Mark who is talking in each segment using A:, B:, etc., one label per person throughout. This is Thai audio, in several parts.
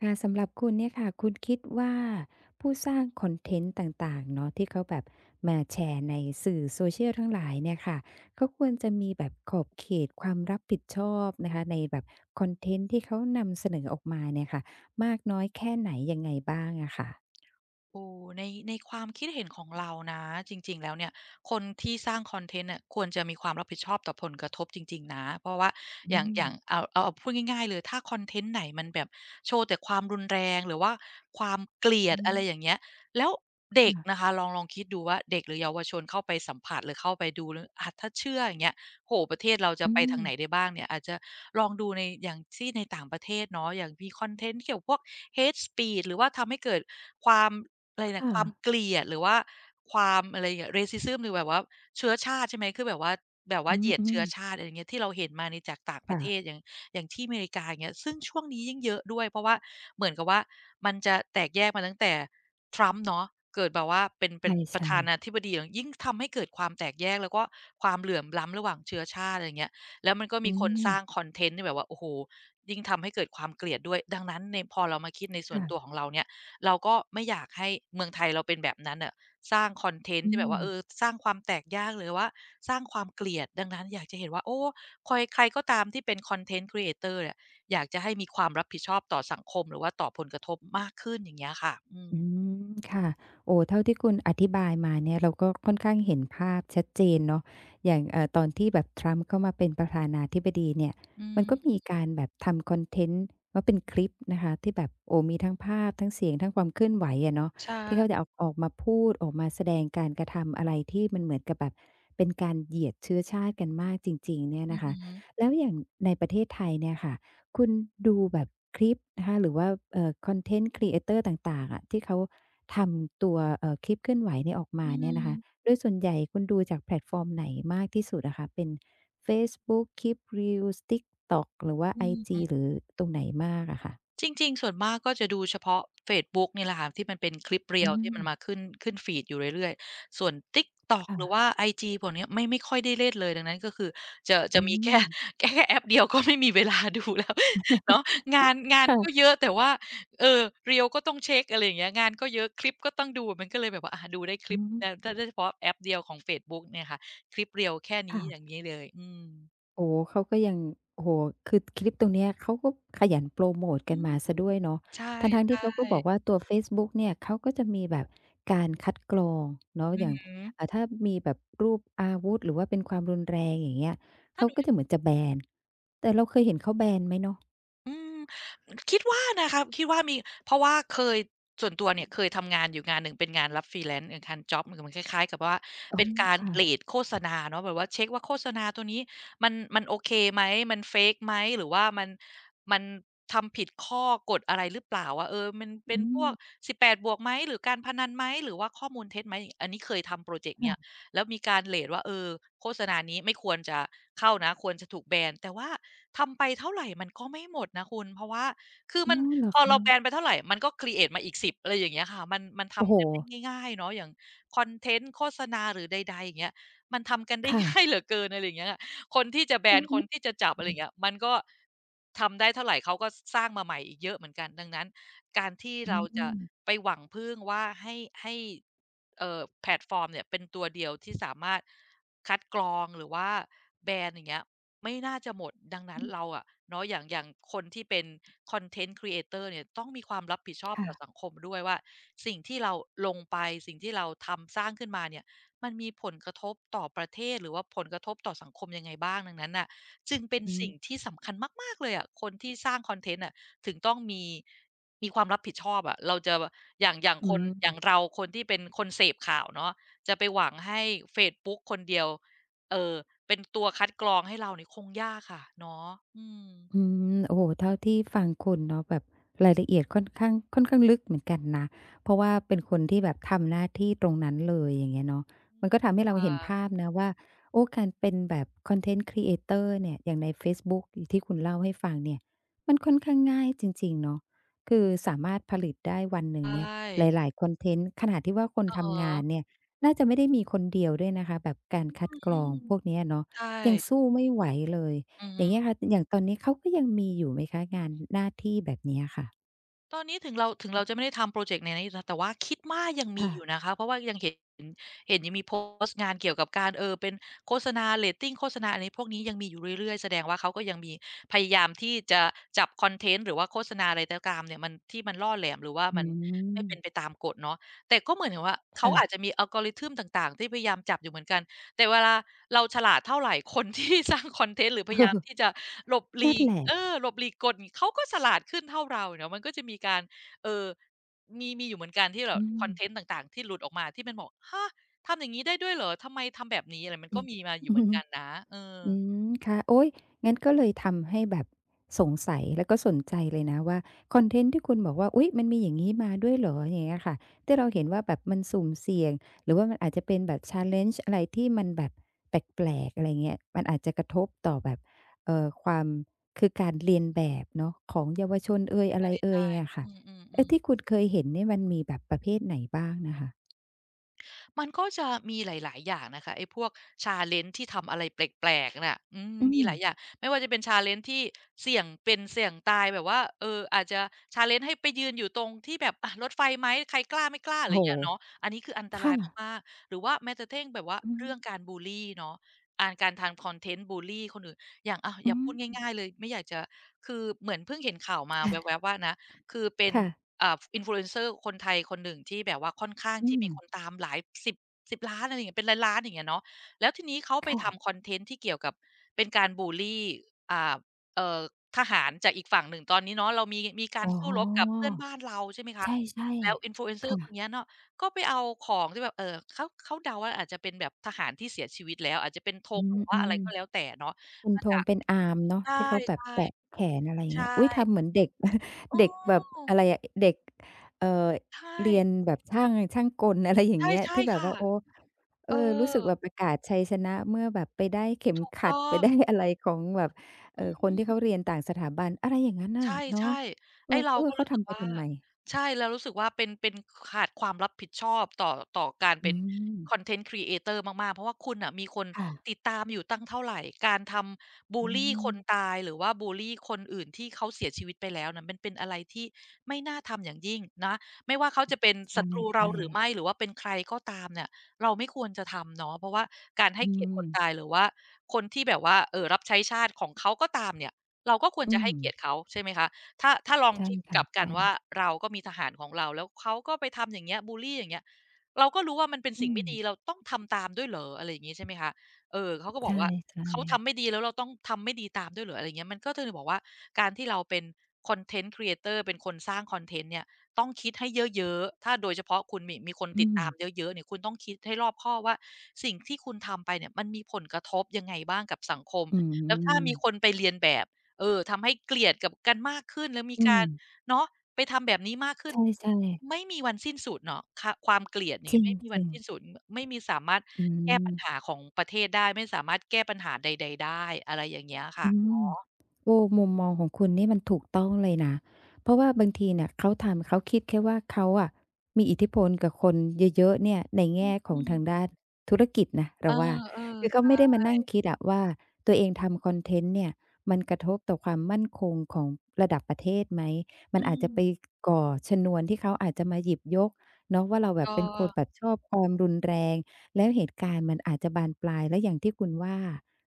A: ค่ะสำหรับคุณเนี่ยค่ะคุณคิดว่าผู้สร้างคอนเทนต์ต่างๆเนาะที่เขาแบบมาแชร์ในสื่อ Social ทั้งหลายเนี่ยค่ะเขาควรจะมีแบบขอบเขตความรับผิดชอบนะคะในแบบคอนเทนต์ที่เขานำเสนอออกมาเนี่ยค่ะมากน้อยแค่ไหนยังไงบ้างอะค่ะ
B: โอ้ในความคิดเห็นของเรานะจริงๆแล้วเนี่ยคนที่สร้างคอนเทนต์เนี่ยควรจะมีความรับผิดชอบต่อผลกระทบจริงๆนะเพราะว่าอ
A: อื
B: ย่างอ
A: ม
B: ย่างเอาเอาเอาพูดง่ายๆเลยถ้าคอนเทนต์ไหนมันแบบโชว์แต่ความรุนแรงหรือว่าความเกลียด
A: อื
B: อะไรอย่าง
A: ม
B: เงี้ยแล้วเด็กนะ
A: ค่ะ
B: คะลองคิดดูว่าเด็กหรือเยาวชนเข้าไปสัมผัสหรือเข้าไปดูหรืออาถ้าเชื่ออย่างเงี้ยโอ้โฮประเทศเราจะ
A: อื
B: ไป
A: ม
B: ทางไหนได้บ้างเนี่ยอาจจะลองดูในอย่างที่ในต่างประเทศเนาะอย่างมีคอนเทนต์เกี่ยวพวก hate speech หรือว่าทำให้เกิดความ อะไรนะ
A: ค่ะ
B: ความเกลียดหรือว่าความอะไรอย่างเงี้ย racism หรือแบบว่าเชื้อชาติใช่ไหมคือแบบว่า
A: อื
B: เห
A: ม
B: ยียด
A: อืม
B: เชื้อชาติอะไรอย่างเงี้ยที่เราเห็นมาในจากต่างประเทศ
A: ค่ะ
B: อย่างอย่างที่อเมริกาอย่างเงี้ยซึ่งช่วงนี้ยิ่งเยอะด้วยเพราะว่าเหมือนกับว่ามันจะแตกแยกมาตั้งแต่ Trump เนาะเกิดแบบว่าเป็นเป็
A: ใช่
B: นประ
A: ใช่
B: ธานาธิบดีอย่างยิ่งทำให้เกิดความแตกแยกแล้วก็ความเหลื่อมล้ำระหว่างเชื้อชาติอะไรอย่างเงี้ยแล้วมันก็
A: อื
B: มีคนสร้าง
A: ม
B: คอนเทนต์ที่แบบว่าโอ้โฮยิ่งทำให้เกิดความเกลียดด้วยดังนั้นในพอเรามาคิดในส่วนตัว
A: ค่ะ
B: ของเราเนี่ย เราก็ไม่อยากให้เมืองไทยเราเป็นแบบนั้นน่ะสร้างคอนเทนต์
A: อื
B: ที่แบบ
A: ม
B: ว่าเออสร้างความแตกแยกหรือว่าสร้างความเกลียดดังนั้นอยากจะเห็นว่าโอ้คอยใครก็ตามที่เป็นคอนเทนต์ Creator เนี่ยอยากจะให้มีความรับผิดชอบต่อสังคมหรือว่าต่อผลกระทบมากขึ้นอย่างเงี้ยค่ะอืม
A: อืมค่ะโอ้เท่าที่คุณอธิบายมาเนี่ยเราก็ค่อนข้างเห็นภาพชัดเจนเนาะอย่างตอนที่แบบทรัมป์เข้ามาเป็นประธานาธิบดีเนี่ย
B: อื
A: มันก็
B: ม
A: มีการแบบทำคอนเทนต์ว่าเป็นคลิปนะคะที่แบบโอ้มีทั้งภาพทั้งเสียงทั้งความเคลื่อนไหวอะเนาะที่เขา
B: ใช่
A: จะเอาออกมาพูดออกมาแสดงการกระทำอะไรที่มันเหมือนกับแบบเป็นการเหยียดเชื้อชาติกันมากจริงๆเนี่ย
B: อือ
A: นะคะ
B: ฮึ
A: แล้วอย่างในประเทศไทยเนี่ยค่ะ คุณดูแบบคลิปนะคะหรือว่าคอนเทนต์ Creator ตอร์ต่างๆอะที่เขาทำตัวคลิปเคลื่อนไหวเนี่ยออก
B: อื
A: มาเนี่ยนะคะ
B: ม
A: โดยส่วนใหญ่คุณดูจากแพลตฟอร์มไหนมากที่สุดนะคะเป็นเฟซบุ๊กคลิป Reels TikTok หรือว่าไอจี
B: อืม
A: หรือตรงไหนมากอะค่ะ
B: จริงๆส่วนมากก็จะดูเฉพาะเฟซบุ๊กนี่แหละค่ะที่มันเป็นคลิป
A: อื
B: Reel ที่
A: ม
B: มันมาขึ้นฟีดอยู่เรื่อยๆส่วน TikTok หรือว่า
A: ค่ะ
B: ไอจีพวกเนี้ยไม่ค่อยได้เล่นเลยดังนั้นก็คือจะ
A: อื
B: มีแค่
A: ม
B: แค่แอปเดียวก็ไม่มีเวลาดูแล้ว เนาะงานก็เย
A: ค่ะ
B: อะแต่ว่าเออ Reel ก็ต้องเช็กอะไรอย่างเงี้ยงานก็เยอะคลิปก็ต้องดูมันก็เลยแบบว่าอาดูได้คลิ
A: อื
B: ป
A: ม
B: แต่ได้เฉพาะแอปเดียวของเฟซบุ๊กเนี่ยค่ะคลิป Reel แค่นี้อย่า
A: ค่ะ
B: งงี้เลยอืม
A: โอ้โฮเขาก็ยังโอ้โฮคือคลิปตรงเนี้ยเขาก็ขยันโพรโมต
B: อื
A: กัน
B: ม
A: มาเสียด้วยเนาะ
B: ใช
A: ทั้งๆ
B: ่
A: ที่เขาก็บอก
B: ๆ
A: ว่าตัวเฟซบุ๊กเนี่ยเขาก็จะมีแบบการคัดกรองเนาะ
B: อื
A: อย่า
B: อ
A: ง
B: ฮึ
A: อ่าถ้ามีแบบรูปอาวุธหรือว่าเป็นความรุนแรงอย่างเงี้ย
B: ถ้า
A: เขา
B: ห
A: ก็จะ
B: นู
A: เหมือนจะแบนแต่เราเคยเห็นเขาแบนไหมเนาะ
B: อืมคิดว่านะครับคิดว่ามีเพราะว่าเคยส่วนตัวเนี่ยเคยทำงานอยู่งานหนึ่งเป็นงานรับ freelance เป็งานจ็อบมันคล้ายๆกับว่า
A: อ๋อ
B: เป็นการ
A: ค่ะ
B: เรตโฆษณาเนาะแบบว่าเช็กว่าโฆษณาตัวนี้มันโอเคไหมมัน fake ไหมหรือว่ามันมันทำผิดข้อกฎอะไรหรือเปล่าว่าเออมันเป็น
A: อื
B: พ
A: ม
B: วกสิบแปดบวกไหมหรือการพนันไหมหรือว่าข้อมูลเท็จไหมอันนี้เคยทำพรอเจกต์เนี้ย
A: ค่ะ
B: แล้วมีการเรตว่าเออโฆษณานี้ไม่ควรจะเข้านะควรจะถูกแบนแต่ว่าทำไปเท่าไรมันก็ไม่หมดนะคุณเพราะว่าคือ
A: อ๋อ
B: มัน
A: เหรอ
B: พอเราแบ
A: คะ
B: นไปเท่าไรมันก็ครีเอตมาอีก10อะไรอย่างเงี้ยค่ะมัน
A: โอ้โฮ
B: ทำกันได้ง่ายๆเนาะอย่างคอนเทนต์โฆษณาหรือใดๆอย่างเงี้ยมันทำกันได้
A: ค่ะ
B: ง่ายเหลือเกินอะไรอย่างเงี้ยคนที่จะแบ
A: เอ
B: น
A: อ
B: คน
A: น่า
B: ที่จะจับอะไรอย่างเงี้ย
A: อ
B: มันก็ทำได้เท่าไรเขาก็สสร้างมาใหม่อีกเยอะเหมือนกันดังนั้นการที่
A: ื
B: เราจะ
A: ม
B: ไปหวังพึ่งว่าให้ เอ่อแพลตฟอร์มเนี่ยเป็นตัวเดียวที่สามารถคัดกรองหรือว่าแบรนด์อย่างเงี้ยไม่น่าจะหมดดังนั้
A: อื
B: น
A: ม
B: เราอะเนาะอย่างคนที่เป็นคอนเทนต์ Creator เอเตอร์เนี่ยต้องมีความรับผิดชอบ
A: ค่ะ
B: ต่อสังคมด้วยว่าสิ่งที่เราลงไปสิ่งที่เราทำสร้างขึ้นมาเนี่ยมันมีผลกระทบต่อประเทศหรือว่าผลกระทบต่อสังคมยังไงบ้างดังนั้นน่ะจึงเป็น
A: อืม
B: สิ่งที่สำคัญมากๆเลยอะคนที่สร้างคอนเทนต์น่ะถึงต้องมี มีความรับผิดชอบอะเราจะอย่าง อย่าง
A: อื
B: คน
A: ม
B: อย่างเราคนที่เป็นคนเสพข่าวเนาะจะไปหวังให้เฟซบุ๊กคนเดียว เอ่อเป็นตัวคัดกรองให้เรานี่คงยากค่ะ เนาะอืม
A: อืมโอ้โฮเท่าที่ฟังคุณเนาะแบบรายละเอียดค่อนข้างค่อนข้างลึกเหมือนกันนะเพราะว่าเป็นคนที่แบบทำหน้าที่ตรงนั้นเลยอย่างเงี้ยเนาะ
B: อื
A: มั
B: ม
A: นก็ทำให้เรา
B: ค่ะ
A: เห็นภาพนะว่าโอ้การเป็นแบบคอนเทนต์ Creator เอเตอร์เนี่ยอย่างในเฟซบุ๊กอย่างที่คุณเล่าให้ฟังเนี่ยมันค่อนข้างง่ายจริงๆเนาะคือสามารถผลิตได้วันหนึ่ง
B: ใช่
A: เนี่ยหลายๆคอนเทนต์ขนาดที่ว่าคน
B: อะฮะ
A: ทำงานเนี่ยน่าจะไม่ได้มีคนเดียวด้วยนะคะแบบการคั
B: อ
A: ดกร
B: ื
A: อง
B: ม
A: พวกเนี้ยเนาะ
B: ๆใช่
A: ยังสู้ไม่ไหวเลย
B: อือ
A: อ
B: ฮึ
A: ย่างเงี้ยค่ะ อย่างตอนนี้เขาก็ยังมีอยู่ไหมคะงานหน้าที่แบบเนี้ยค่ะ
B: ตอนนี้ถึงเราจะไม่ได้ทำพรอเจกต์ไหนๆอยู่นะแต่ว่าคิดว่ายังมี
A: ค่ะ
B: อยู่นะคะเพราะว่ายังเห็นยังมีโพสต์งานเกี่ยวกับการเป็นโฆษณาเรตติงโฆษณาอะไรพวกนี้ยังมีอยู่เรื่อยๆแสดงว่าเขาก็ยังมีพยายามที่จะจับคอนเทนต์หรือว่าโฆษณาอะไรก็ตามเนี่ยมันที่มันล่อแหลมหรือว่า
A: อื
B: มันไม่เป็นไป
A: ม
B: ตามกฎเนาะแต่ก็เหมือนกับว่าเขาอาจ
A: ค่ะ
B: จะมี algorithm ต่างๆที่พยายามจับอยู่เหมือนกัน แต่เวลาเราฉลาดเท่าไรคนที่ สร้างคอนเทนต์หรือพ
A: เอ
B: ยา
A: อ
B: ยามที่จะหลบหลี
A: นั่น
B: ก
A: แหละ
B: หลบหลีกกฎเขาก็ฉลาดขึ้นเท่าเราเนาะมันก็จะมีการเอ่อมีอยู่เหมือนกันที่แบ
A: อื
B: บค
A: ม
B: อนเทนต์ต่างๆที่หลุดออกมาที่มันบอกฮะทำอย่างงี้ได้ด้วยเหรอทำไมทำแบบนี้อะไรมัน
A: อื
B: ก็
A: อ
B: มีมาอยู่
A: อื
B: เห
A: อ
B: มือน
A: ฮึ
B: กันนะเออ
A: อืมค่ะโอ๊ยงั้นก็เลยทำให้แบบสงสัยแล้วก็สนใจเลยนะว่าคอนเทนต์ที่คุณบอกว่าอุ๊ยมันมีอย่างงี้มาด้วยเหรออย่างเงี้ยค่ะที่เราเห็นว่าแบบมันสุ่มเสี่ยงหรือว่ามันอาจจะเป็นแบบ challenge อะไรที่มันแบบแปลกๆอะไรเงี้ยมันอาจจะกระทบต่อแบบความคือการเลียนแบบเนาะของเยาวชนเอยอะไรเอ
B: ใช่
A: ยเนี่ยค่ะ
B: อือ
A: เอ๊ะ
B: ๆ
A: ที่
B: ๆ
A: คุณเคยเห็นนี่มันมีแบบประเภทไหนบ้างน่ะค่ะ
B: มันก็จะมีหลาย ๆ อย่างนะคะไอ้พวก challenge ที่ทำอะไรแปลก ๆน่ะอืม
A: อื
B: มี
A: ม
B: หลายอย่างไม่ว่าจะเป็น challenge ที่เสี่ยงเป็นเสี่ยงตายแบบว่าเอออาจจะ challenge ให้ไปยืนอยู่ตรงที่แบบอะรถไฟไหมใครกล้าไม่กล้าอะ
A: โอ้
B: ไรอ
A: โฮ
B: ย่างเงี้ยเนาะอันนี้คืออันตรา
A: ค่ะ
B: ยมาก ๆ หรือว่าแม้กระทั่งแบบว่า
A: อืม
B: เรื่องการบุลลีเนาะอ่านการทำคอนเทนต์บุลลีคนอื่นอย่างอะอ
A: อื
B: ย่างพูด
A: ม
B: ง่าย ๆ เลยไม่อยากจะคือเหมือนเพิ่งเห็นข่าวมาแว๊บๆว่านะคือเป็น
A: ค่ะ
B: อ่า influencer คนไทยคนหนึ่งที่แบบว่าค่อนข้าง
A: อื
B: ที่
A: ม
B: มีคนตามหลายสิบล้านอะไรอย่างเงี้ยเป็นล้านๆอย่างเงี้ยเนาะแล้วทีนี้เขาไป
A: ค่ะ
B: ทำคอนเทนต์ที่เกี่ยวกับเป็นการบุลลีอ่าเอ่อทหารจากอีกฝั่งหนึ่งตอนนี้เนาะเรามีการ
A: อ๋
B: สู้รบกับ
A: อ
B: เพื่อนบ้านเราใช่ไหมคะ
A: ใช่
B: แล้ว
A: ๆ
B: influencer
A: ค่ะ
B: คนเนี้ยเนาะก็ไปเอาของที่แบบเขาเดาว่าอาจจะเป็นแบบทหารที่เสียชีวิตแล้วอาจจะเป็นธ
A: อื
B: งหรือว่าอะไร
A: ม
B: ก็แล้วแต่เนาะ
A: ๆเป็น
B: มา
A: ธ
B: จา
A: ง
B: ก
A: เป็นอาร์มเนาะ
B: ใช
A: ที่เขาแบบ
B: ่
A: แปะแขนอะไรอ
B: ๆ
A: ย่าง
B: ใช
A: เงี้ย
B: ่
A: อุ๊ยทำเหมือนเด็ก
B: เอ
A: เด็กแบบ
B: อ
A: อะไรอะเด็กเอ่อ
B: ใช่
A: เรียนแบบช่างช่างกลอะไรอย่างเงี้ย
B: ใช่
A: ที่แบ
B: ๆ
A: บ
B: ค่ะ
A: ว่าโอ้เอ
B: เอ
A: อรู้สึก
B: อ
A: แบบประกาศชัยชนะเมื่อแบบไปได้เข็ม
B: ถูก
A: ขัด
B: ต้อ
A: ไป
B: ง
A: ได้อะไรของแบบ
B: อื
A: คนที่
B: ม
A: เขาเรียนต่างสถาบันอะไรอย่างงั้น
B: ใ
A: น่ะเนาะ
B: ช่ๆ
A: เออ
B: ไอ้เรา
A: เออ
B: ก็
A: เขา
B: รู้สึก
A: ทำไป
B: ว่า
A: ทำไม
B: ใช่เรารู้สึกว่าเป็นขาดความรับผิดชอบต่อการ
A: อื
B: เป็น
A: ม
B: คอนเทนต์ creator มากๆเพราะว่าคุณน่ะมีคน
A: ค่ะ
B: ติดตามอยู่ตั้งเท่าไรการทำบุ
A: อื
B: ลลีคน
A: ม
B: ตายหรือว่าบุลลีคนอื่นที่เขาเสียชีวิตไปแล้วนั้นมันเป็นอะไรที่ไม่น่าทำอย่างยิ่งนะไม่ว่าเขาจะเป็นศัตรูเรา
A: ใช่
B: หรือ
A: ๆ
B: ไม่หรือว่าเป็นใครก็ตามเนี่ยเราไม่ควรจะทำเนาะเพราะว่าการให้
A: อื
B: เกียรติค
A: ม
B: นตายหรือว่าคนที่แบบว่ารับใช้ชาติของเขาก็ตามเนี่ย เราก็ควร
A: อื
B: จะ
A: ม
B: ให้เกียรติเขาใช่ไหมคะถ้าลอง
A: ใช่
B: คิดก
A: ค่ะ
B: ลับกัน
A: ใช่
B: ว่าเราก็มีทหารของเราแล้วเขาก็ไปทำอย่างเงี้ยบูลลีอย่างเงี้ยเราก็รู้ว่ามันเป็น
A: อื
B: สิ่ง
A: ม
B: ไม่ดีเราต้องทำตามด้วยเหรออะไรอย่างงี้ใช่ไหมคะเออเขาก็
A: ใ
B: บอกว่า
A: ช่
B: เขาทำไม่
A: ๆ
B: ดีแล้วเราต้องทำไม่ดีตามด้วยเหรออะไรเงี้ยมันก็เลยบอกว่าการที่เราเป็นคอนเทนต์ครีเ r e a อ o ์เป็นคนสร้างคอนเทนต์เนี่ยต้องคิดให้เยอะๆถ้าโดยเฉพาะคุณมีคน
A: อื
B: ติด
A: ม
B: ตามเยอะๆเนี่ยคุณต้องคิดให้รอบคอบว่าสิ่งที่คุณทำไปเนี่ยมันมีผลกระทบยังไงบ้างกับสังคม
A: อื
B: แล้วถ้า
A: ม
B: มีคนไปเรียนแบบ เออทำให้เกลียดกับกันมากขึ้นแล้วมี
A: อื
B: กา
A: ม
B: รเนาะไปทำแบบนี้มากขึ้น
A: ใช่ๆ
B: ไม่มีวันสิ้นสุดเนาะคความเกลียดอย่าง
A: จร
B: เงี้ยไม่มีวั
A: ิ
B: น
A: ง
B: สิ้น
A: ๆ
B: สุดมไม่มีสามารถ
A: อื
B: แก้
A: ม
B: ปัญหาของประเทศได้ไม่สามารถแก้ปัญหาใดๆได้อะไรอย่างเงี้ยค่ะ
A: อืมโอ้มุมมองของคุณนี่มันถูกต้องเลยนะ เพราะว่าบางทีเนี่ยเขาทำเขาคิดแค่ว่าเขาอะมีอิทธิพลกับคนเยอะๆเนี่ยใน
B: อื
A: แง่ของ
B: ม
A: ทางด้านธุรกิจนะ
B: เออ
A: เราว่าคือ
B: ๆ
A: เขาไม่ได้มานั่งคิดอะว่าตัวเองทำคอนเทนต์เนี่ยมันกระทบต่อความมั่นคงของระดับประเทศไหมมั
B: อื
A: นอาจ
B: ม
A: จะไปก่อชนวนที่เขาอาจจะมาหยิบยกเนาะว่าเราแบ
B: เออ
A: บเป็นคนแบบชอบความรุนแรงแล้วเหตุการณ์มันอาจจะบานปลายแล้วอย่างที่คุณว่า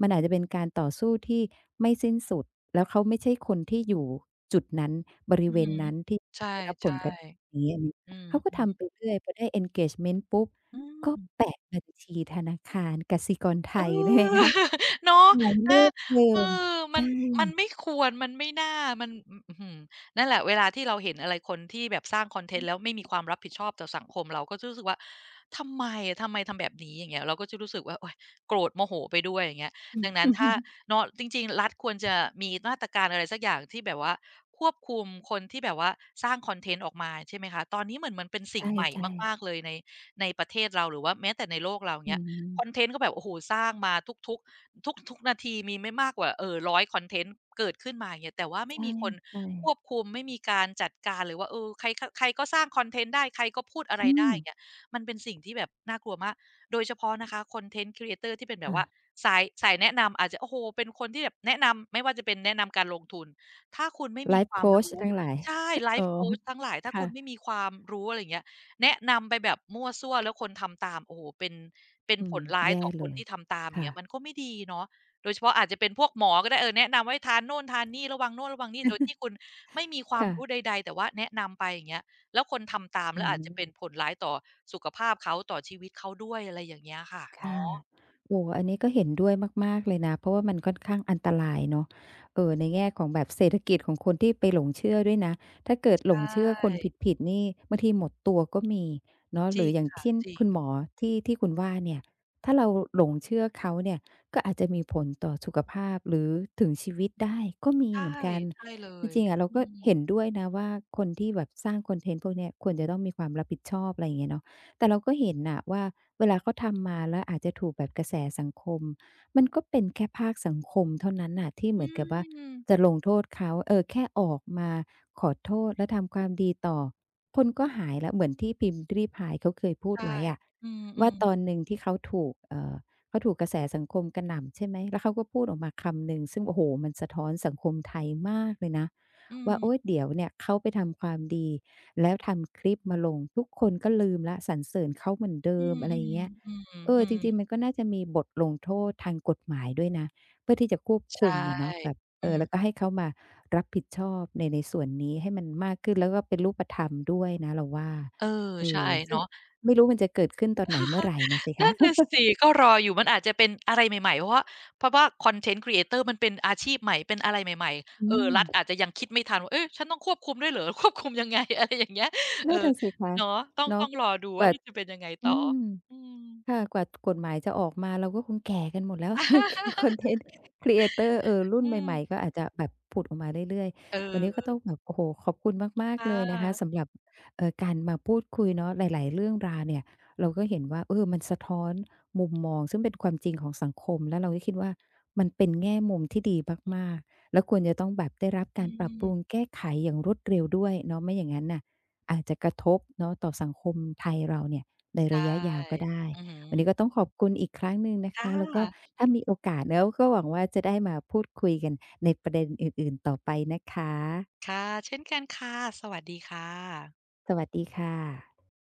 A: มันอาจจะเป็นการต่อสู้ที่ไม่สิ้นสุดแล้วเขาไม่ใช่คนที่อยู่จุดนั้นบ
B: อื
A: ริ
B: อ
A: เวณ
B: ฮึ
A: นั้นที่
B: ใช
A: ได้รับผ
B: ่
A: ลกระทบนี้อันนี้
B: ๆอืม
A: เขาก็ทำไปเรื่อยพอได้ engagement ปุ๊บ
B: ๆอืม
A: ก็แปะบัญชีธนาคารกสิกรไท
B: เอ
A: ยได้ไหม
B: อ
A: คะ
B: เนาะ
A: หมาย
B: อ
A: เลขเดิ
B: เอ
A: ม
B: อมั
A: ใช่
B: นมันไม่ควรมันไม่น่ามันอื้อหือนั่นแหละเวลาที่เราเห็นอะไรคนที่แบบสร้างคอนเทนต์แล้ว ไม่มีความรับผิดชอบต่อสังคมเราก็จะรู้สึกว่าทำไมอะทำไมทำแบบนี้อย่างเงี้ยเราก็จะรู้สึกว่าโอ๊ยโกรธโมโหไปด้วยอย่างเงี้ย
A: อื
B: ดังนั้นถ้า
A: ม
B: เนาะจริงๆรัฐควรจะมีมาตรการอะไรสักอย่างที่แบบว่าควบคุมคนที่แบบว่าสร้างคอนเทนต์ออกมาใช่ไหมคะตอนนี้เหมือนมันเป็น
A: ใ
B: สิ่งใหม่
A: ช่ๆ
B: มากๆเลยในประเทศเราหรือว่าแม้แต่ในโลกเรา
A: อื
B: เนี้ย คอนเท
A: ม
B: นต์ก็แบบโอ้โฮสร้างมาทุกๆทุกนาทีมีไม่มากกว่าเออร100คอนเทนต์เกิดขึ้นมาอย่างเงี้ยแต่ว่า
A: ใ
B: ไม่มีคน
A: ช่
B: ควบ
A: ๆ
B: คุมไม่มีการจัดการเลยว่าเออใครใครก็สร้างคอนเทนต์ได้ใครก็พูดอะไร
A: อื
B: ได้
A: ม
B: อย่างเงี้ยมันเป็นสิ่งที่แบบน่ากลัวมากโดยเฉพาะนะคะคอนเทนต์ Creator ที่เป็นแบบ
A: ค่ะ
B: ว่าสายแนะนำอาจจะโอ้โหเป็นคนที่แบบแนะนำไม่ว่าจะเป็นแนะนำการลงทุนถ้าคุณไม่
A: ไล
B: มีค
A: ฟ์
B: วา
A: โค
B: ม
A: ช
B: รู้
A: ทั้งหลาย
B: ใช่ไล
A: อ๋อ
B: ฟ์โคชทั้งหลายถ้าคุณไม่
A: ค่ะ
B: มีความรู้อะไรอย่างเงี้ย แนะนำไปแบบมั่วซั่วแล้วคนทำตามโอ้โฮเป็น
A: อื
B: ผ
A: ม
B: ลร้าย
A: แย่
B: ต่อค
A: เล
B: น
A: ย
B: ที่ทำตามอย่าง
A: ค่ะ
B: เงี้ยมันก็ไม่ดีเนาะโดยเฉพาะอาจจะเป็นพวกหมอก็ได้เออแนะนำให้ทานโน่นทานนี่ระวังโน่นระวังนี่โดยที่ คุณไม่มีความ
A: ค่ะ
B: รู้ใดๆแต่ว่าแนะนำไปอย่างเงี้ยแล้วคนทำตาม
A: อื
B: แล้วอาจจะเป็นผ
A: ม
B: ลร้ายต่อสุขภาพเขาต่อชีวิตเขาด้วยอะไรอย่างเงี้ยค่ะเนา
A: ค่ะ
B: ะ
A: โอ้อันนี้ก็เห็นด้วยมากๆเลยนะเพราะว่ามันค่อนข้างอันตรายเนาะในแง่ของแบบเศรษฐกิจของคนที่ไปหลงเชื่อด้วยนะถ้าเกิดหลง
B: ใช่
A: เชื่อคนผิดๆนี่บางทีหมดตัวก็มีเนาะ
B: จ
A: ห
B: ริ
A: รือ
B: ง
A: อย่าง
B: ค่ะ
A: เช่น
B: จริง
A: คุณหมอที่คุณว่าเนี่ยถ้าเราหลงเชื่อเขาเนี่ยก็อาจจะมีผลต่อสุขภาพหรือถึงชีวิตได้ก็มี
B: ใช่
A: เหมือนกัน
B: ใช่เล
A: จ
B: ย
A: ริงๆอะเรา
B: อื
A: ก็
B: ม
A: เห็นด้วยนะว่าคนที่แบบสร้างคอนเทนต์พวกเนี้ยควรจะต้องมีความรับผิดชอบอะไรอย่างเงี้ยเนาะแต่เราก็เห็นน่ะว่า เวลาเขาทำมาแล้วอาจจะถูกแบบกระแสสังคมมันก็เป็นแค่ภาคสังคมเท่านั้นน่ะที่เห
B: อื
A: มือนกับว่าจะ
B: ม
A: ลงโทษเขาเออแค่ออกมาขอโทษและทำความดีต่อคนก็หายแล้วเหมือนที่พิมพ์ริพายเขาเคยพูด
B: ใช่
A: ไว้อะ
B: อื
A: ว่า
B: ม
A: ตอน
B: ๆ
A: หนึ่งที่เขาถูกเขาถูกกระแสสังคมกระหน่ำใช่ไหมแล้วเขาก็พูดออกมาคำหนึ่งซึ่งโอ้โฮมันสะท้อนสังคมไทยมากเลยนะ
B: อื
A: ว่าโอ๊ย
B: ม
A: เดี๋ยวเนี่ยเขาไปทำความดี แล้วทำคลิปมาลงทุกคนก็ลืมแล้วสรรเสริญเขาเหมือนเดิ
B: อื
A: มอะไรอย่างเงี้ยเออจ
B: อๆ
A: ริ
B: ๆ
A: ง
B: ๆ
A: ๆมันก็น่าจะมีบทลงโทษทางกฎหมายด้วยนะเพื่อที่จะควบคุ
B: ใช่
A: มอะเนาะแบบ
B: อื
A: เออแล้วก็
B: ม
A: ให้เขามารับผิดชอบในส่วนนี้ให้มันมากขึ้นแล้วก็เป็นรูปธรรมด้วยนะเราว่า
B: เออ
A: เอ
B: ใช่
A: อซึ่ง
B: เนาะ
A: ไม่รู้มันจะเกิดขึ้นตอนไหนเมื่อไหรน่ะสิคะ
B: นั่นน่ะ สิก็รออยู่มันอาจจะเป็นอะไรใหม่ๆเพราะว่าคอนเทนต์ Creator มันเป็นอาชีพใหม่เป็นอะไรใหม่ๆ
A: อื
B: เออ
A: ม
B: รัฐอาจจะยังคิดไม่ทันว่าเอ๊ะฉันต้องควบคุมด้วยเหรอ ควบคุมยังไง อะไรอย่างเงี้ยเอ
A: นั่
B: อ
A: นน่ะสิคะ
B: เนาะต้องต้
A: เนาะ
B: องรอดู
A: ก
B: ว่า
A: ว่า
B: มันจะเป็นยังไงต่
A: อื
B: อ
A: ม
B: อืม
A: ค่ะกว่ากฎหมายจะออกมาเราก็คงแก่กันหมดแล้ว คือคอนเท นต์ครีเอเตอร์เออรุ่น
B: อื
A: ใหม่ๆก็
B: ม
A: อาจจะแบบผุดออกมาเรื่อย
B: เอ
A: ๆวันนี้ก็ต้อ
B: อ
A: งแบบโอ้โหขอบคุณมาก
B: ค่
A: ๆเลยนะคะ
B: ะ
A: สำหรับการมาพูดคุยเนาะหลายๆเรื่องราวเนี่ยเราก็เห็นว่าเออมันสะท้อนมุมมองซึ่งเป็นความจริงของสังคมแล้วเราก็คิดว่ามันเป็นแง่มุมที่ดีมากๆแล้วควรจะต้องแบบได้รับ
B: อื
A: การปรับป
B: ม
A: รุงแก้ไขอย่างรวดเร็วด้วยเนาะไม่อย่างนั้นน่ะอาจจะกระทบเนาะต่อสังคมไทยเราเนี่ยใน
B: ใช่
A: ระยะยาวก็ได้
B: อือฮึ
A: วันนี้ก็ต้องขอบคุณอีกครั้งหนึ่งนะ
B: ค่
A: คะแล้วก็
B: ะ
A: ถ้ามีโอกาสแล้วก็หวังว่าจะได้มาพูดคุยกันในประเด็นอื่นๆต่อไปนะคะ
B: ค่ะเช่นกันค่ะ สวัสดีค่ะ
A: สวัสดีค่ะ